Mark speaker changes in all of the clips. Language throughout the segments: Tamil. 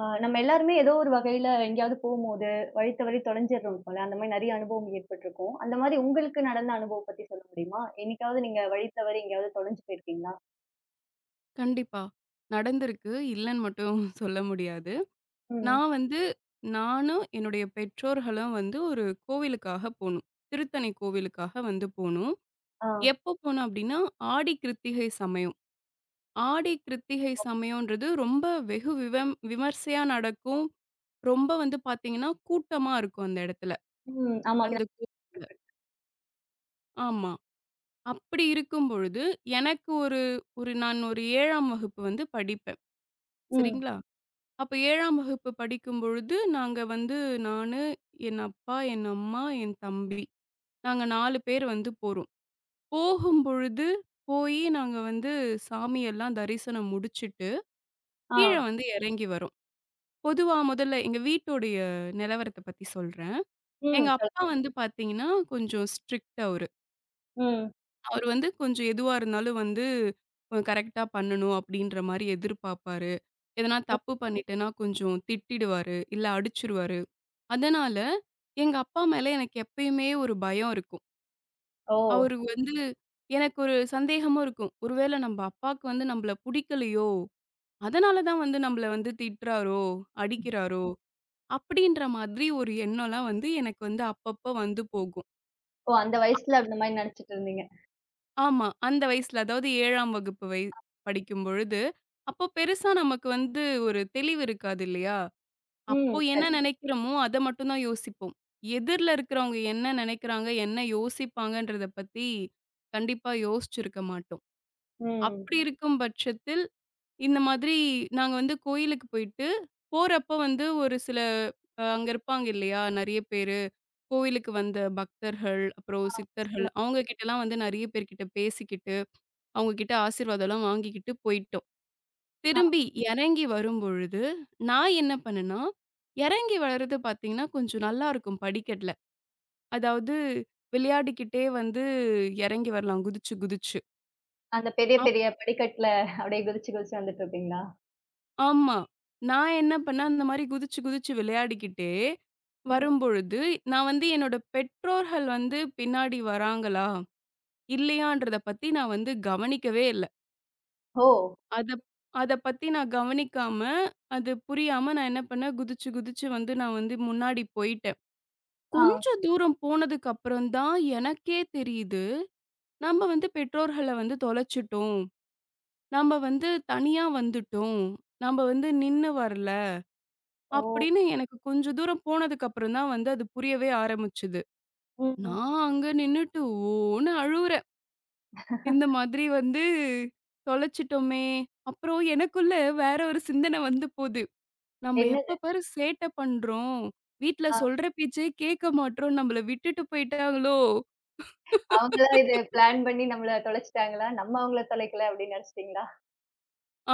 Speaker 1: ஆ நம்ம எல்லாருமே ஏதோ ஒரு வகையில எங்கேயாவது போம்போது, வழி தவறி தொலைஞ்சிடுறோம் போல. அந்த மாரி நெறைய அனுபவம் ஏற்பட்டுருக்கும். அந்த மாரி உங்களுக்கு நடந்த அனுபவம் பத்தி சொல்ல முடியுமா? என்னைக்காவது நீங்க வழி தவறி எங்கேயாவது தொலைஞ்சு போயிருக்கீங்களா?
Speaker 2: கண்டிப்பா. நடந்திருக்கு. இல்லன்னு மட்டும் சொல்ல முடியாது.
Speaker 1: ம்.
Speaker 2: நான் வந்து நானும், என்னுடைய பெற்றோர்களும் வந்து ஒரு கோவிலுக்காக போனோம். திருத்தணி கோவிலுக்காக வந்து போனோம்.
Speaker 1: ஆ.
Speaker 2: எப்போ போனோம் அப்டின்னா, ஆடி கிருத்திகை சமயம். ஆடி கிருத்திகை சமயம்ன்றது ரொம்ப வெகு விவம் விமர்சையா நடக்கும். ரொம்ப வந்து பார்த்தீங்கன்னா, கூட்டமா இருக்கும் அந்த இடத்துல.
Speaker 1: ம். ஆமா.
Speaker 2: அந்த கோ ஆமா. அப்படி இருக்கும் பொழுது, எனக்கு ஒரு ஒரு நான் ஒரு 7ஆம் வகுப்பு வந்து படிப்பேன்.
Speaker 1: ம்.
Speaker 2: சரிங்களா? அப்ப 7ஆம் வகுப்பு படிக்கும் பொழுது, நாங்க வந்து நானு, என் அப்பா, என் அம்மா, என் தம்பி. நாங்க 4 பேர் வந்து போறோம். போகும்பொழுது, போயி நாங்க வந்து சாமியெல்லாம் தரிசனம் முடிச்சுட்டு,
Speaker 1: ஆ.
Speaker 2: கீழ வந்து இறங்கி வரோம். பொதுவா முதல்ல எங்க வீட்டோடைய நிலவரத்த பத்தி சொல்றேன்.
Speaker 1: ம்.
Speaker 2: எங்க
Speaker 1: சொல்
Speaker 2: அப்பா வந்து பாத்தீங்கன்னா, கொஞ்சம் ஸ்ட்ரிக்ட் அவரு.
Speaker 1: ம்.
Speaker 2: அவரு வந்து கொஞ்சம் எதுவா இருந்தாலும் வந்து கரெக்ட்டா பண்ணணும், அப்படின்ற மாரி எதிர்பார்ப்பாரு. எதனா
Speaker 1: ம்.
Speaker 2: தப்பு பண்ணிட்டேன்னா கொஞ்சம் திட்டிடுவாரு, இல்ல அடிச்சுருவாரு. அதனால, எங்க அப்பா மேல எனக்கு எப்பயுமே ஒரு பயம் இருக்கும்.
Speaker 1: ஓ!
Speaker 2: அவரு வந்து எனக்கு ஒரு சந்தேகமும் இருக்கும். ஒருவேள நம்ப அப்பாக்கு வந்து நம்பள புடிக்கலையோ! அதனால தான் வந்து நம்பள வந்து திட்டுறாரோ! அடிக்கிறாரோ! அப்பிடின்ற மாதிரி ஒரு எண்ணம்லாம் வந்து எனக்கு வந்து அப்பப்ப வந்து போகும்.
Speaker 1: ஓ! அந்த வயசுல அந்த மாரி நெனச்சுட்டு இருந்தீங்க.
Speaker 2: ஆமா. அந்த வயசுல அதாவது 7ஆம் வகுப்பு படிக்கும் பொழுது, அப்போ பெருசா நமக்கு வந்து ஒரு தெளிவு இருக்காது இல்லயா! அப்போ
Speaker 1: ம்.
Speaker 2: என்ன
Speaker 1: சரி.
Speaker 2: நினைக்கிறோமோ, அத மட்டும் தான் யோசிப்போம். எதிர்ல இருக்கிறவங்க என்ன நினைக்கிறாங்க, என்ன யோசிப்பாங்கன்றத பத்தி கண்டிப்பா யோசிச்சிருக்க மாட்டோம்.
Speaker 1: ம்.
Speaker 2: அப்படி இருக்கும் பட்சத்தில், இந்த மாதிரி நாங்க வந்து கோயிலுக்கு போயிட்டு, போறப்போ வந்து ஒரு சில அங்க இருப்பாங்க இல்லையா? நெறைய பேரு. கோவிலுக்கு வந்த பக்தர்கள், அப்புறம் சித்தர்கள்,
Speaker 1: இல்ல,
Speaker 2: அவங்க கிட்டலாம் வந்து நெறைய பேர்கிட்ட பேசிக்கிட்டு, அவங்க கிட்ட ஆசீர்வாதம்லாம் வாங்கிக்கிட்டு போயிட்டோம்.
Speaker 1: ஆ
Speaker 2: திரும்பி இறங்கி வரும்பொழுது, நான் என்ன பண்ணேன்னா, இறங்கி வர்றது பார்த்தீங்கன்னா, கொஞ்சம் நல்லாருக்கும் படிக்கட்டுல. அதாவது விளையாடிக்கிட்டே வந்து இறங்கி வரலாம் குதிச்சு, குதிச்சு.
Speaker 1: அந்த பெரிய
Speaker 2: அப்
Speaker 1: பெரிய படிக்கட்டுல அப்படியே குதிச்சு குதிச்சு வந்துட்டுருப்பீங்களா?
Speaker 2: ஆமா. நான் என்ன பண்ணேன், அந்த மாரி குதிச்சு, குதிச்சு விளையாடிக்கிட்டே
Speaker 1: ம்.
Speaker 2: வரும்பொழுது, நான் வந்து என்னோட பெற்றோர்கள் வந்து பின்னாடி வராங்களா? இல்லையான்றத பத்தி நான் வந்து கவனிக்கவே இல்ல.
Speaker 1: ஓ!
Speaker 2: அத அத பத்தி நான் கவனிக்காம, அது புரியாம நான் என்ன பண்ணேன், குதிச்சு, குதிச்சு வந்து நான் வந்து முன்னாடி போயிட்டேன்.
Speaker 1: ஆ.
Speaker 2: கொஞ்சம் தூரம் போனதுக்கு அப்புறம் தான் எனக்கே தெரியுது, நம்ம வந்து பெற்றோர்கள வந்து தொலைச்சுட்டோம். நம்ம வந்து தனியா வந்துட்டோம். நம்ம வந்து நின்னு வரல.
Speaker 1: ஓ!
Speaker 2: அப்படின்னு எனக்கு கொஞ்சம் தூரம் போனதுக்கு அப்புறம் தான் வந்து அது புரியவே ஆரம்பிச்சது.
Speaker 1: ம்.
Speaker 2: நான் அங்க நின்னுட்டு ஓன்னு அழுவுறேன். இந்த மாதிரி வந்து தொலைச்சிட்டோமே! அப்புறம் எனக்குள்ள வேற ஒரு சிந்தனை வந்து போது. நம்ம
Speaker 1: என்னது?
Speaker 2: எப்ப பாரு சேட்டை பண்றோம். வீட்ல சொல்ற பேச்சே கேட்க மாட்றோம். நம்மள விட்டுட்டு போயிட்டாங்களோ!
Speaker 1: அவங்களா இது பிளான் பண்ணி நம்மள தொலைச்சுட்டாங்களா? நம்ம அவங்கள தொலைக்கல அப்படின்னு நெனச்சுட்டீங்களா?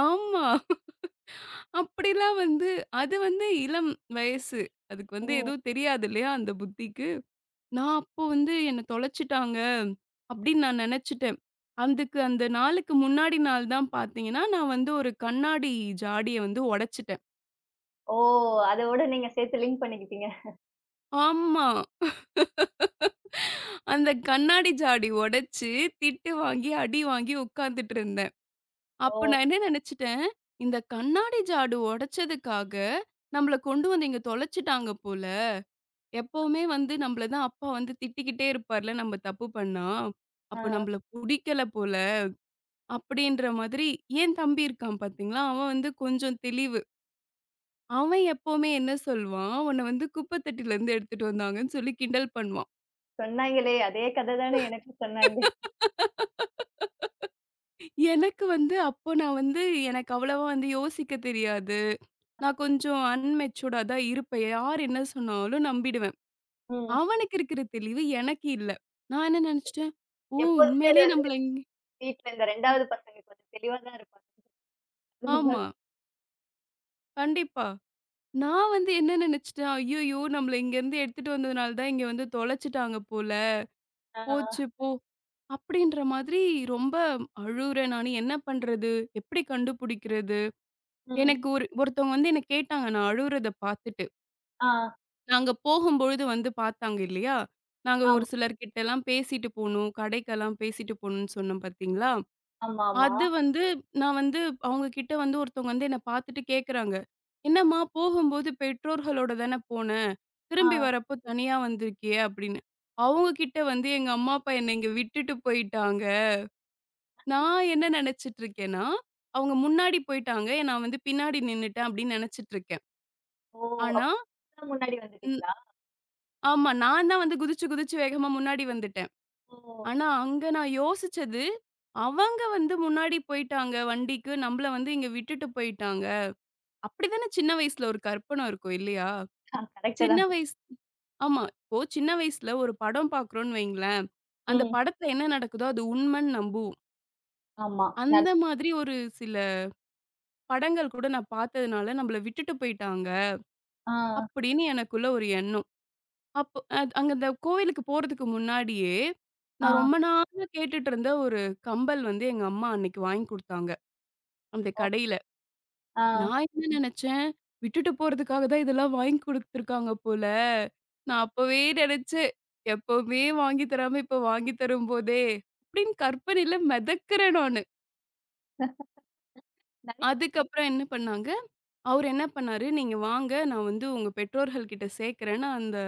Speaker 2: ஆமா. அப்படிலாம் வந்து அது வந்து இளம் வயசு. அதுக்கு வந்து
Speaker 1: ம்.
Speaker 2: எதுவும் தெரியாது இல்லையா? அந்த புத்திக்கு. நான் அப்போ வந்து என்ன தொலைச்சுட்டாங்க அப்படின்னு நான் நெனச்சுட்டேன். அதுக்கு அந்த நாளுக்கு முன்னாடி நாள் தான் பார்த்தீங்கன்னா, நான் வந்து ஒரு கண்ணாடி ஜாடிய வந்து உடைச்சுட்டேன்.
Speaker 1: ஓ! அதோட நீங்க சேர்த்து லிங்க் பண்ணிக்கிட்டீங்க.
Speaker 2: ஆமா. அந்த கண்ணாடி ஜாடி உடைச்சு, திட்டு வாங்கி, அடி வாங்கி உட்கார்ந்துட்டு இருந்தேன். அப்ப
Speaker 1: ஓ!
Speaker 2: நான் என்ன நெனச்சுட்டேன், இந்த கண்ணாடி ஜாடு உடைச்சதுக்காக நம்மள கொண்டு வந்து இங்க தொலைச்சுட்டாங்க போல. எப்பவுமே வந்து நம்மள தான் அப்பா வந்து திட்டிக்கிட்டே இருப்பார்ல, நம்ம தப்பு பண்ணா.
Speaker 1: ஆ
Speaker 2: அப்ப நம்மள புடிக்கல போல, அப்படின்ற மாதிரி என் தம்பி இருக்கான் பாத்தீங்களா, அவன் வந்து கொஞ்சம் தெளிவு. அவன் எப்பவுமே என்ன சொல்வான், "உன்ன வந்து குப்பை தொட்டிலருந்து எடுத்துட்டு வந்தாங்கன்னு" சொல்லி கிண்டல் பண்ணுவான்.
Speaker 1: சொன்னாங்களே, அதே கத தானே எனக்கும் சொன்னாங்க.
Speaker 2: எனக்கு வந்து அப்போ நான் வந்து எனக்கு அவ்வளவா வந்து யோசிக்க தெரியாது. நான் கொஞ்சம் அன்மெச்சூர்டா தான் இருப்பேன். யார் என்ன சொன்னாலும் நம்பிடுவேன்.
Speaker 1: ம்.
Speaker 2: அவனுக்கு இருக்கிற தெளிவு எனக்கு இல்ல. நான் என்ன நெனச்சுட்டேன், "ஓ!
Speaker 1: எப்போதுமே அது
Speaker 2: உண்மையிலேயே
Speaker 1: வந்து
Speaker 2: நம்மள இங்க"
Speaker 1: வீட்ல இந்த 2வது பசங்க கொஞ்சம் தெளிவா தான் இருப்பாங்க.
Speaker 2: ஆமா. கண்டிப்பா. நான் வந்து என்ன நெனச்சுட்டேன், ஐய்யய்யோ! நம்மள இங்கேருந்து எடுத்துட்டு வந்ததுனால தான் இங்க வந்து தொலைச்சுட்டாங்க போல.
Speaker 1: ஆ.
Speaker 2: போச்சு போ! அப்படின்ற மாதிரி ரொம்ப அழுவுறேன் நானு. என்ன பண்றது? எப்படி கண்டுபிடிக்கிறது?
Speaker 1: ம்.
Speaker 2: எனக்கு ஒருத்தவங்க வந்து என்ன கேட்டாங்க நான் அழுவுறத பார்த்துட்டு.
Speaker 1: ஆ.
Speaker 2: நாங்க போகும்பொழுது வந்து பார்த்தாங்க இல்லையா? நாங்க
Speaker 1: ஆமா,
Speaker 2: ஒரு சிலர்கிட்டலாம் பேசிட்டு போனோம். கடைக்கெல்லாம் பேசிட்டு போணும்னு சொன்னேன் பார்த்தீங்களா?
Speaker 1: ஆமாமா.
Speaker 2: அது வந்து நான் வந்து அவங்க கிட்ட வந்து ஒருத்தவங்க வந்து என்ன பார்த்துட்டு கேட்குறாங்க. "என்னம்மா போகும்போது பெற்றோர்களோட தானே போன.
Speaker 1: ஆ.
Speaker 2: திரும்பி வரப்போ தனியா வந்திருக்கியே!" அப்படின்னு. அவங்க கிட்ட வந்து எங்க அம்மா, அப்பா என்ன இங்க விட்டுட்டு போயிட்டாங்க. நான் என்ன நினைச்சுட்டு இருக்கேன்னா, அவங்க முன்னாடி போயிட்டாங்க. நான் வந்து பின்னாடி நின்னுட்டேன் அப்படின்னு நினைச்சுட்டு இருக்கேன்.
Speaker 1: ஓ!
Speaker 2: ஆனா
Speaker 1: அப்பதான் முன்னாடி
Speaker 2: ம்
Speaker 1: வந்துட்டீங்களா?
Speaker 2: ஆமா. நான் தான் வந்து குதிச்சு, குதிச்சு வேகமா முன்னாடி வந்துட்டேன்.
Speaker 1: ஓ!
Speaker 2: ஆனா அங்க நான் யோசிச்சது, அவங்க வந்து முன்னாடி போயிட்டாங்க வண்டிக்கு. நம்மள வந்து இங்க விட்டுட்டு போயிட்டாங்க. அப்படித்தானே சின்ன வயசுல ஒரு கற்பனை இருக்கும் இல்லையா?
Speaker 1: ஆ கரெக்ட்டு
Speaker 2: சின்ன
Speaker 1: தான்.
Speaker 2: வயசு ஆமா. இப்போ சின்ன வயசுல ஒரு படம் பார்க்குறோம்னு வைங்களேன், அந்த
Speaker 1: ம்.
Speaker 2: படத்துல என்ன நடக்குதோ அது உண்மைன்னு நம்புவோம்.
Speaker 1: ஆமா. நல்
Speaker 2: அந்த மாதிரி ஒரு சில படங்கள் கூட நான் பார்த்ததுனால, "நம்மள விட்டுட்டு போயிட்டாங்க."
Speaker 1: ஆ.
Speaker 2: அப்படின்னு எனக்குள்ள ஒரு எண்ணம். அப்போ அது அங்க அந்த கோவிலுக்கு போறதுக்கு முன்னாடியே,
Speaker 1: ஆ.
Speaker 2: நான் ரொம்ப நாளா கேட்டுட்டு இருந்த ஒரு கம்பல் வந்து எங்க அம்மா அன்னைக்கு வாங்கி குடுத்தாங்க. அந்த
Speaker 1: ஓ.
Speaker 2: கடையில.
Speaker 1: ஆ.
Speaker 2: நான் என்ன நெனச்சேன், விட்டுட்டு போறதுக்காக தான் இதெல்லாம் வாங்கி குடுத்துருக்காங்க போல. நான் அப்பவே நெனச்சேன், எப்பவுமே வாங்கி தராம இப்ப வாங்கி தரும் போதே! அப்படின்னு கற்பனையில மெதக்குறேன் நானு.
Speaker 1: நல்
Speaker 2: அதுக்கப்புறம் என்ன பண்ணாங்க, அவரு என்ன பண்ணாரு, "நீங்க வாங்க, நான் வந்து உங்க பெற்றோர்கள் கிட்ட சேக்கிறேன்னு" அந்த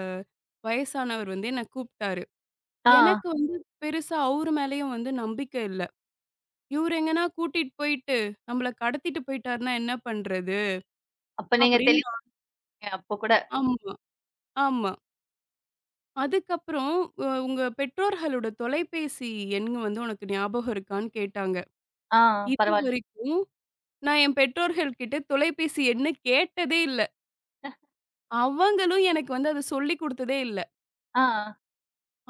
Speaker 2: வயசானவர் வந்து என்ன கூப்ட்டாரு.
Speaker 1: ஆ.
Speaker 2: எனக்கு வந்து பெருசா அவரு மேலயும் வந்து நம்பிக்கை இல்ல. இவரு எங்கன்னா கூட்டிட்டு போயிட்டு, நம்மள கடத்திட்டு போயிட்டாருன்னா என்ன பண்றது?
Speaker 1: அப்ப நீங்க
Speaker 2: அப்படின்னு
Speaker 1: தெளிவுங்க அப்போ கூட.
Speaker 2: ஆமா, ஆமா. அதுக்கப்புறம் உங்க பெற்றோர்களோட தொலைபேசி எண் வந்து உனக்கு ஞாபகம் இருக்கான்னு கேட்டாங்க.
Speaker 1: ஆ பரவால்ல.
Speaker 2: இதுவரைக்கும் நான் என் பெற்றோர்கள் கிட்ட தொலைபேசி எண்ணு கேட்டதே இல்ல. அவங்களும் எனக்கு வந்து அத சொல்லிக் குடுத்ததே இல்ல.
Speaker 1: ஆ,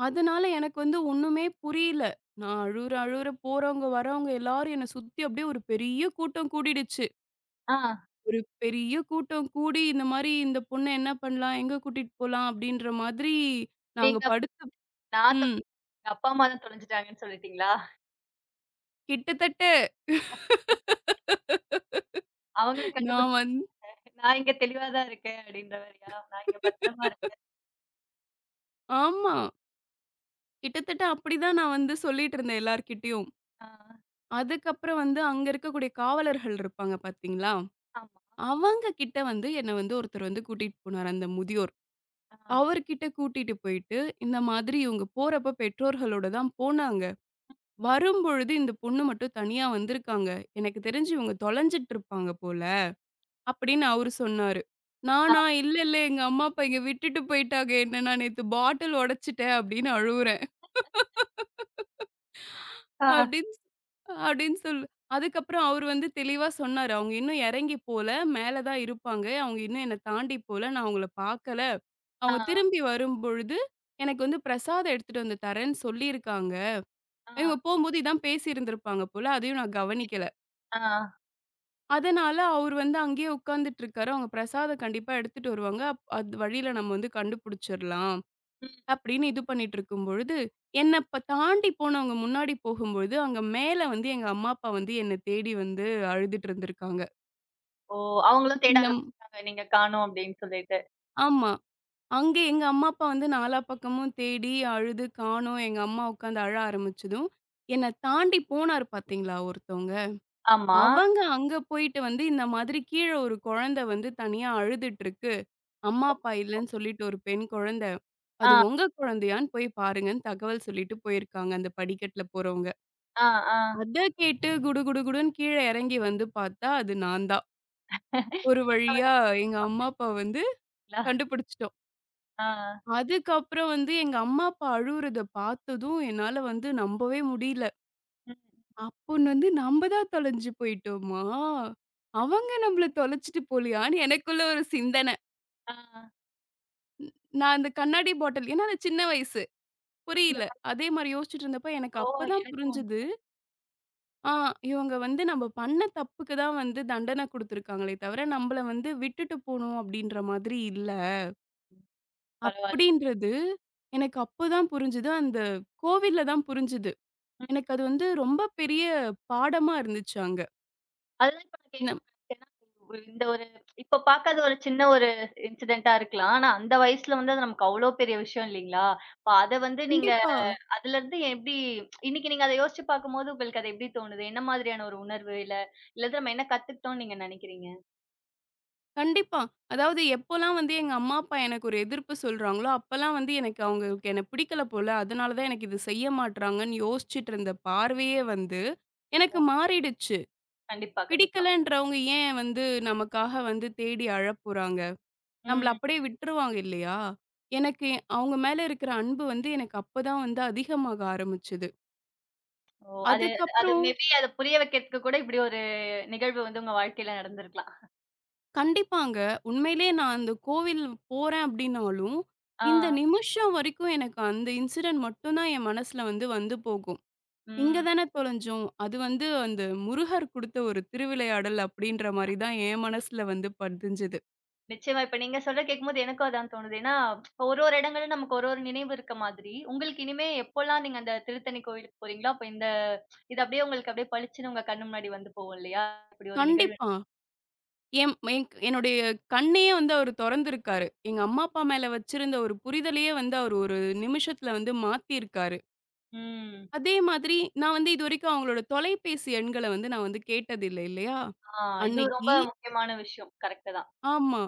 Speaker 2: அதனால எனக்கு வந்து ஒண்ணுமே புரியல. நான் அழுவுற அழுவுற போறவங்க, வரவங்க எல்லாரும் என்ன சுத்தி அப்படியே ஒரு பெரிய கூட்டம் கூடிடுச்சு.
Speaker 1: ஆ.
Speaker 2: ஒரு பெரிய கூட்டம் கூடி இந்த மாரி இந்த பொண்ண என்ன பண்ணலாம்? எங்க கூட்டிட்டு போலாம்? அப்படின்ற மாதிரி நாங்க
Speaker 1: நீங்க அப்-
Speaker 2: படுத்து
Speaker 1: நான் தொ
Speaker 2: ம்
Speaker 1: எங்க அப்பா, அம்மா தான் தொலைஞ்சுட்டாங்கன்னு சொல்லிட்டீங்களா?
Speaker 2: கிட்டத்தட்ட
Speaker 1: அவங்கள கண்டுபிடிச்சு
Speaker 2: நான்
Speaker 1: நான் இங்க தெளிவா தான் இருக்கேன் அப்படின்ற மாரியா? நான் இங்க
Speaker 2: வந்து
Speaker 1: பத்திரமா இருக்கேன்.
Speaker 2: ஆமா. கிட்டத்தட்ட அப்படிதான் நான் வந்து சொல்லிட்டு இருந்தேன் எல்லார்கிட்டயும்.
Speaker 1: ஆ,
Speaker 2: அதுக்கப்புறம் வந்து அங்க இருக்கக்கூடிய காவலர்கள் இருப்பாங்க பார்த்தீங்களா?
Speaker 1: ஆமா.
Speaker 2: அவங்க கிட்ட வந்து என்ன வந்து ஒருத்தர் வந்து கூட்டிட்டு போனாரு அந்த முதியோர்.
Speaker 1: ஆ,
Speaker 2: அவர்கிட்ட கூட்டிட்டு போயிட்டு, இந்த மாதிரி இவங்க போறப்ப பெற்றோர்களோட தான் போனாங்க. வரும்பொழுது இந்த பொண்ணு மட்டும் தனியா வந்திருக்காங்க. எனக்கு தெரிஞ்சு இவங்க தொலைஞ்சுட்டு இருப்பாங்க போல, அப்படின்னு அவரு சொன்னாரு.
Speaker 1: ஆ.
Speaker 2: நானா, "இல்ல, இல்ல எங்க அம்மா அப்பா இங்க விட்டுட்டு போயிட்டாங்க. என்ன நான் நேத்து பாட்டில் உடைச்சுட்டேன்" அப்படின்னு அழுவுறேன்.
Speaker 1: ஆ,
Speaker 2: அப்படின்னு சொ அப்படின்னு சொல்லு. அதுக்கப்புறம் அவரு வந்து தெளிவா சொன்னாரு. "அவங்க இன்னும் இறங்கி போல. மேல தான் இருப்பாங்க. அவங்க இன்னும் என்ன தாண்டி போல. நான் அவங்கள பார்க்கல. அவங்க
Speaker 1: ஆ,
Speaker 2: திரும்பி வரும்பொழுது எனக்கு வந்து பிரசாதம் எடுத்துட்டு வந்து தரேன்னு சொல்லியிருக்காங்க. இவங்க போம்போது இதான் பேசியிருந்திருப்பாங்க போல. அதையும் நான் கவனிக்கல."
Speaker 1: ஆ, ஆ.
Speaker 2: அதனால அவரு வந்து அங்கேயே உட்கார்ந்துட்டு இருக்காரு. அவங்க பிரசாதம் கண்டிப்பா எடுத்துட்டு வருவாங்க. அது வழியில நம்ம வந்து கண்டுபிடிச்சிடலாம்.
Speaker 1: ம்.
Speaker 2: அப்படின்னு இது பண்ணிட்டு இருக்கும்பொழுது, என்ன தாண்டி போனவங்க முன்னாடி போகும்பொழுது, அங்க மேல வந்து எங்க அம்மா, அப்பா வந்து என்ன தேடி வந்து அழுதுட்டு இருந்திருக்காங்க.
Speaker 1: ஓ! அவங்களும் தேட
Speaker 2: இந்த ம்
Speaker 1: ஆரம்பிச்சுட்டாங்க. நீங்க காணோம் அப்படின்னு சொல்லிட்டு.
Speaker 2: ஆமா. அங்க எங்க அம்மா, அப்பா வந்து நாலா பக்கமும் தேடி, அழுது காணோம். எங்க அம்மா உட்காந்து அழ ஆரம்பிச்சதும், என்ன தாண்டி போனாரு பார்த்தீங்களா ஒருத்தவங்க,
Speaker 1: ஆமா.
Speaker 2: அவங்க அங்க போயிட்டு வந்து இந்த மாதிரி கீழ ஒரு குழந்தை வந்து தனியா அழுதுட்டு இருக்கு. அம்மா,
Speaker 1: ஒ
Speaker 2: அப்பா இல்லன்னு சொல்லிட்டு ஒரு பெண் குழந்தை. அது
Speaker 1: ஆ,
Speaker 2: உங்க குழந்தையான்னு போய் பாருங்கன்னு தகவல் சொல்லிட்டு போயிருக்காங்க அந்த படிக்கட்டுல போறவங்க.
Speaker 1: ஆ, ஆ.
Speaker 2: அத கேட்டு குடு குடு குடுன்னு கீழ எறங்கி வந்து பாத்தா, அது நான் தான். ஒரு
Speaker 1: இப்ப அவர
Speaker 2: வழியா எங்க அம்மா,
Speaker 1: பாத்துருக்கீங்களா?
Speaker 2: அப்பா வந்து கண்டுபிடிச்சுட்டோம்.
Speaker 1: ஆ.
Speaker 2: அதுக்கப்புறம் வந்து எங்க அம்மா, அப்பா அழுவுறத பாத்ததும் என்னால வந்து நம்பவே முடியல.
Speaker 1: ம்.
Speaker 2: அப்போன்னு வந்து நம்ப தான் தொலைஞ்சு போயிட்டோமா? அவங்க நம்மள தொலைச்சுட்டு போலயான்னு எனக்குள்ள ஒரு சிந்தனை.
Speaker 1: ஆ.
Speaker 2: நான் அந்த கண்ணாடி பாட்டில் ஏன்னா, அது சின்ன வயசு
Speaker 1: இந்த
Speaker 2: புரியல. அதே மாரி யோசிச்சுட்டு இருந்தப்ப எனக்கு அப்பதான்
Speaker 1: எனக்கு
Speaker 2: புரிஞ்சுது.
Speaker 1: உண்டு.
Speaker 2: ஆ இவங்க வந்து நம்ம பண்ண தப்புக்கு தான் வந்து தண்டனை குடுத்துருக்காங்களே தவிர, நம்மள வந்து விட்டுட்டு போணும் அப்படின்ற மாதிரி இல்ல.
Speaker 1: பரவால்ல.
Speaker 2: அப்படின்றது எனக்கு அப்பதான் புரிஞ்சுது. அந்த கோவில்ல தான் புரிஞ்சுது. எனக்கு அது வந்து ரொம்ப பெரிய பாடமா இருந்துச்சு அங்க.
Speaker 1: அதுதான் இப்ப நான்
Speaker 2: நம்
Speaker 1: கேட்கணும்னு நெனச்சேன். ஏன்னா, இந்த ஒரு இப்ப பாக்காத ஒரு சின்ன ஒரு இன்சிடென்ட்டா இருக்கலாம். ஆனா அந்த வயசுல வந்து அது நமக்கு அவ்ளோ பெரிய விஷயம் இல்லீங்களா? இப்ப அத வந்து நீங்க
Speaker 2: கண்டிப்பா,
Speaker 1: அதுலருந்து எப்டி இன்னைக்கு நீங்க அத யோசிச்சு பாக்கும்போது உங்களுக்கு அது எப்டி தோணுது? என்ன மாதிரியான ஒரு உணர்வு? இல்ல இல்லது நம்ம என்ன கத்துக்கிட்டோம்னு நீங்க நெனைக்கிறீங்க?
Speaker 2: கண்டிப்பா. அதாவது எப்போலாம் வந்து எங்க அம்மா, அப்பா எனக்கு ஒரு எதிர்ப்பு சொல்றாங்களோ, அப்பலாம் வந்து எனக்கு அவங்களுக்கு என்ன பிடிக்கல போல. அதனால தான் எனக்கு இது செய்ய மாட்றாங்கன்னு யோசிச்சுட்டு இருந்த பார்வையே வந்து எனக்கு
Speaker 1: ஓ!
Speaker 2: மாறிடுச்சு.
Speaker 1: கண்டிப்பா, கண்டிப்பா.
Speaker 2: பிடிக்கலன்றவங்க ஏன் வந்து நமக்காக வந்து தேடி அழப்போறாங்க? நம்மள
Speaker 1: ம்.
Speaker 2: அப்படியே விட்டுருவாங்க இல்லையா? எனக்கு அவங்க மேல இருக்கிற அன்பு வந்து எனக்கு அப்பதான் வந்து அதிகமாக ஆரம்பிச்சது.
Speaker 1: ஓ! அது அது
Speaker 2: அதுக்கப்புறம்
Speaker 1: மேபி அத புரிய வைக்கிறதுக்கு கூட இப்டி ஒரு நிகழ்வு வந்து உங்க வாழ்க்கையில நடந்திருக்கலாம்.
Speaker 2: கண்டிப்பாங்க. உண்மையிலேயே நான் அந்த கோவில் போறேன் அப்படின்னாலும்,
Speaker 1: ஆ.
Speaker 2: இந்த நிமிஷம் வரைக்கும் எனக்கு அந்த இன்சிடென்ட் மட்டும் தான் என் மனசுல வந்து வந்து போகும். "இங்க
Speaker 1: ம்.
Speaker 2: தானே தொலைஞ்சோம். அது வந்து அந்த முருகர் குடுத்த ஒரு திருவிளையாடல்" அப்படின்ற மாரி தான் என் மனசுல வந்து பதிஞ்சது.
Speaker 1: நிச்சயமா. இப்ப நீங்க சொல்றத கேட்கும்போது எனக்கும் அதான் தோணுது. ஏன்னா, ஒரு ஒரு இடங்கள்ல நமக்கு ஒரு ஒரு நினைவு இருக்க மாதிரி, உங்களுக்கு இனிமே எப்போலாம் நீங்க அந்த திருத்தணி கோவிலுக்கு போறீங்களோ, அப்ப இந்த இது அப்படியே உங்களுக்கு அப்படியே பளிச்சுன்னு உங்க கண்ணு முன்னாடி வந்து போகும் இல்லையா? இப்படி ஒரு நிகழ்வு.
Speaker 2: கண்டிப்பா. என் என் என்னுடைய கண்ணையே வந்து அவரு தொறந்திருக்காரு. எங்க அம்மா, அப்பா மேல வச்சிருந்த ஒரு புரிதலயே வந்து அவரு ஒரு நிமிஷத்துல வந்து மாத்தியிருக்காரு.
Speaker 1: ம்.
Speaker 2: அதே மாதிரி நான் வந்து இதுவரைக்கும் அவங்களோட தொலைபேசி எண்கள வந்து நான் வந்து கேட்டதில்ல இல்லையா?
Speaker 1: ஆ இது ரொம்ப
Speaker 2: அன்னைக்கு
Speaker 1: முக்கியமான விஷயம். கரெக்ட்டு தான்.
Speaker 2: ஆமா.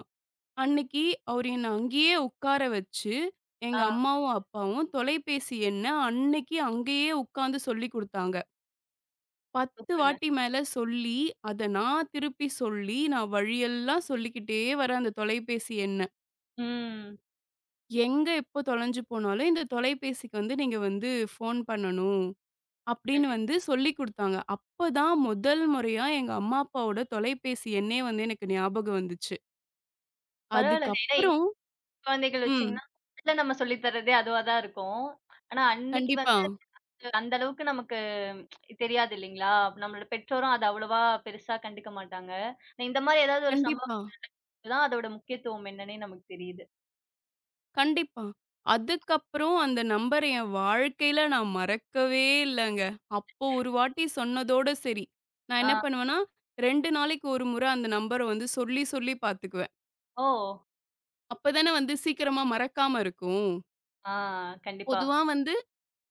Speaker 2: அன்னைக்கு அவரு என்ன அங்கேயே உட்கார வச்சு,
Speaker 1: ஆ
Speaker 2: எங்க அம்மாவும், அப்பாவும் தொலைபேசி எண்ண அன்னைக்கு அங்கேயே உட்காந்து சொல்லிக் குடுத்தாங்க. 10
Speaker 1: சூப்பருங்க.
Speaker 2: வாட்டி மேல சொல்லி, அத நான் திருப்பி சொல்லி, நான் வழியெல்லாம் சொல்லிக்கிட்டே வரேன் அந்த தொலைபேசி எண்ண.
Speaker 1: ம்.
Speaker 2: எங்க எப்போ தொலைஞ்சு போனாலும், இந்த தொலைபேசிக்கு வந்து நீங்க வந்து ஃபோன் பண்ணணும். அப்படின்னு
Speaker 1: கண்டிப்பா.
Speaker 2: வந்து சொல்லிக் குடுத்தாங்க. அப்பதான் முதல் முறையா எங்க அம்மா, அப்பாவோட தொலைபேசி எண்ணே வந்து எனக்கு ஞாபகம் வந்துச்சு.
Speaker 1: பரவாயில்லங்க. ஏன்னா இன்னைக்கு
Speaker 2: அதுக்கப்புறம்
Speaker 1: குழந்தைகள்
Speaker 2: ம்.
Speaker 1: வச்சீங்கன்னா, முதல்ல நம்ம சொல்லி தர்றதே அதுவா தான் இருக்கும். ஆனா அன்னைக்கு
Speaker 2: கண்டிப்பா,
Speaker 1: வந்து அந்த அளவுக்கு நமக்கு தெரியாது இல்லைங்களா? நம்மளோட பெற்றோரும் அத அவ்வளவா பெருசா கண்டுக்க மாட்டாங்க. இந்த மாரி ஏதாவது ஒரு சம்பவம்
Speaker 2: கண்டிப்பா,
Speaker 1: தான் அதோட முக்கியத்துவம் என்னன்னே நமக்கு தெரியுது.
Speaker 2: கண்டிப்பா. அதுக்கப்புறம் அந்த நம்பர் என் வாழ்க்கையில நான் மறக்கவே இல்லங்க. அப்போ ஒரு வாட்டி சொன்னதோட சரி. நான் என்ன
Speaker 1: ஆ,
Speaker 2: பண்ணுவேன்னா, 2 நாளைக்கு ஒரு முறை அந்த நம்பர வந்து சொல்லி சொல்லி பாத்துக்குவேன்.
Speaker 1: ஓ!
Speaker 2: அப்பதானே வந்து சீக்கிரமா மறக்காம இருக்கும்.
Speaker 1: ஆ, கண்டிப்பா.
Speaker 2: பொதுவா வந்து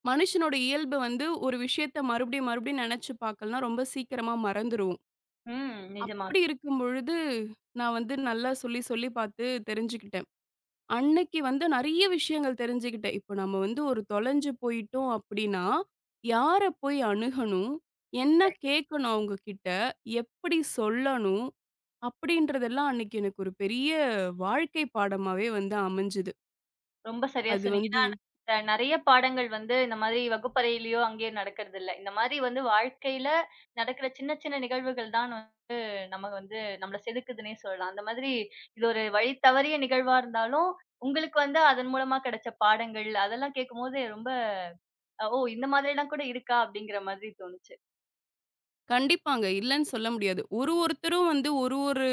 Speaker 2: மனுஷனோட இயல்பு வந்து ஒரு விஷயத்த மறுபடியும் மறுபடியும் நினைச்சு பார்க்கலனா ரொம்ப சீக்கிரமா மறந்துருவோம்.
Speaker 1: ம், நிஜமா.
Speaker 2: அப்படி இருக்கும் பொழுது, நான் வந்து நல்லா சொல்லி சொல்லி பார்த்து தெரிஞ்சுக்கிட்டேன். அன்னைக்கு வந்து நெறைய விஷயங்கள் தெரிஞ்சுக்கிட்டேன். இப்போ நம்ம வந்து ஒரு தொலைஞ்சு போயிட்டோம் அப்படின்னா, யார போய் அணுகணும்? என்ன கேட்கணும் அவங்ககிட்ட? எப்படி சொல்லணும்? அப்படின்றதெல்லாம் அன்னைக்கு எனக்கு ஒரு பெரிய வாழ்க்கை பாடமாவே வந்து அமைஞ்சது.
Speaker 1: ரொம்ப சரியா
Speaker 2: அது
Speaker 1: சொன்னீங்க. ஏன்னா,
Speaker 2: வந்து
Speaker 1: அ நெறைய பாடங்கள் வந்து இந்த மாதிரி வகுப்பறையிலயோ, அங்கேயோ நடக்கறதில்ல. இந்த மாரி வந்து வாழ்க்கையில நடக்கிற சின்ன சின்ன நிகழ்வுகள் தான் வந்து நம்ம வந்து நம்மள செதுக்குதுன்னே சொல்லலாம். அந்த மாதிரி இது ஒரு வழி தவறிய நிகழ்வா இருந்தாலும், உங்களுக்கு வந்து அதன் மூலமா கிடைச்ச பாடங்கள், அதெல்லாம் கேட்கும்போது ரொம்ப, "ஓ! இந்த மாதிரிலாம் கூட இருக்கா?" அப்படிங்கிற மாதிரி தோணுச்சு.
Speaker 2: கண்டிப்பாங்க. இல்லன்னு சொல்ல முடியாது. ஒரு ஒருத்தரும் வந்து ஒரு ஒரு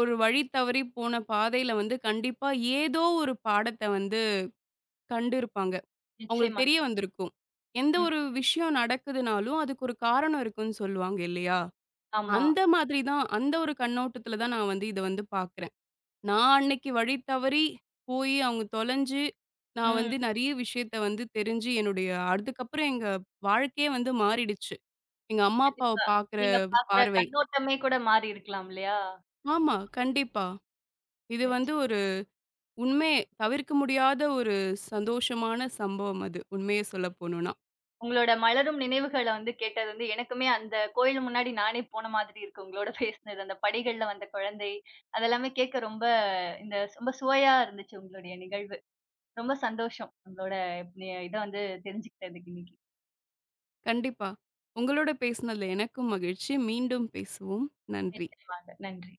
Speaker 2: ஒரு வழி தவறி போன பாதையில வந்து கண்டிப்பா ஏதோ ஒரு பாடத்த வந்து கண்டிருப்பாங்க. அவங்களுக்கு
Speaker 1: நிச்சயமா.
Speaker 2: தெரிய வந்திருக்கும். எந்த
Speaker 1: ம்.
Speaker 2: ஒரு விஷயம் நடக்குதுனாலும், அதுக்கு ஒரு காரணம் இருக்குன்னு சொல்லுவாங்க இல்லையா?
Speaker 1: ஆமா.
Speaker 2: அந்த மாதிரி தான் அந்த ஒரு கண்ணோட்டத்துல தான் நான் வந்து இத வந்து பார்க்குறேன். நான் அன்னைக்கு வழி தவறி போயி அவங்க தொலைஞ்சு, நான்
Speaker 1: ம்.
Speaker 2: வந்து நெறைய விஷயத்த வந்து தெரிஞ்சு என்னுடைய அதுக்கப்புறம் எங்க வாழ்க்கையே வந்து மாறிடுச்சு. எங்க அம்மா, அப்பாவ
Speaker 1: கண்டிப்பா.
Speaker 2: பார்க்குற
Speaker 1: நீங்க பாக்குற
Speaker 2: பார்வை.
Speaker 1: கண்ணோட்டமே கூட மாறி இருக்கலாம் இல்லையா?
Speaker 2: ஆமா, கண்டிப்பா. இது வந்து
Speaker 1: நிச்சயம்.
Speaker 2: ஒரு உண்மைய தவிர்க்க முடியாத ஒரு சந்தோஷமான சம்பவம் அது, உண்மைய சொல்லப்போணும்னா.
Speaker 1: உங்களோட மலரும் நினைவுகள வந்து கேட்டது வந்து எனக்குமே அந்த கோயில் முன்னாடி நானே போன மாதிரி இருக்கு. உங்களோட பேசினது. அந்த படிகள்ல வந்த குழந்தை, அதெல்லாமே கேட்க ரொம்ப இந்த ரொம்ப சுவையா இருந்துச்சு உங்களுடைய நிகழ்வு. ரொம்ப சந்தோஷம். உங்களோட இத வந்து தெரிஞ்சுக்கிட்டதுக்கு இன்னைக்கு.
Speaker 2: கண்டிப்பா. உங்களோட பேசினதுல எனக்கும் மகிழ்ச்சி. மீண்டும் பேசுவோம். நன்றி.
Speaker 1: நிச்சயமாக. நன்றி.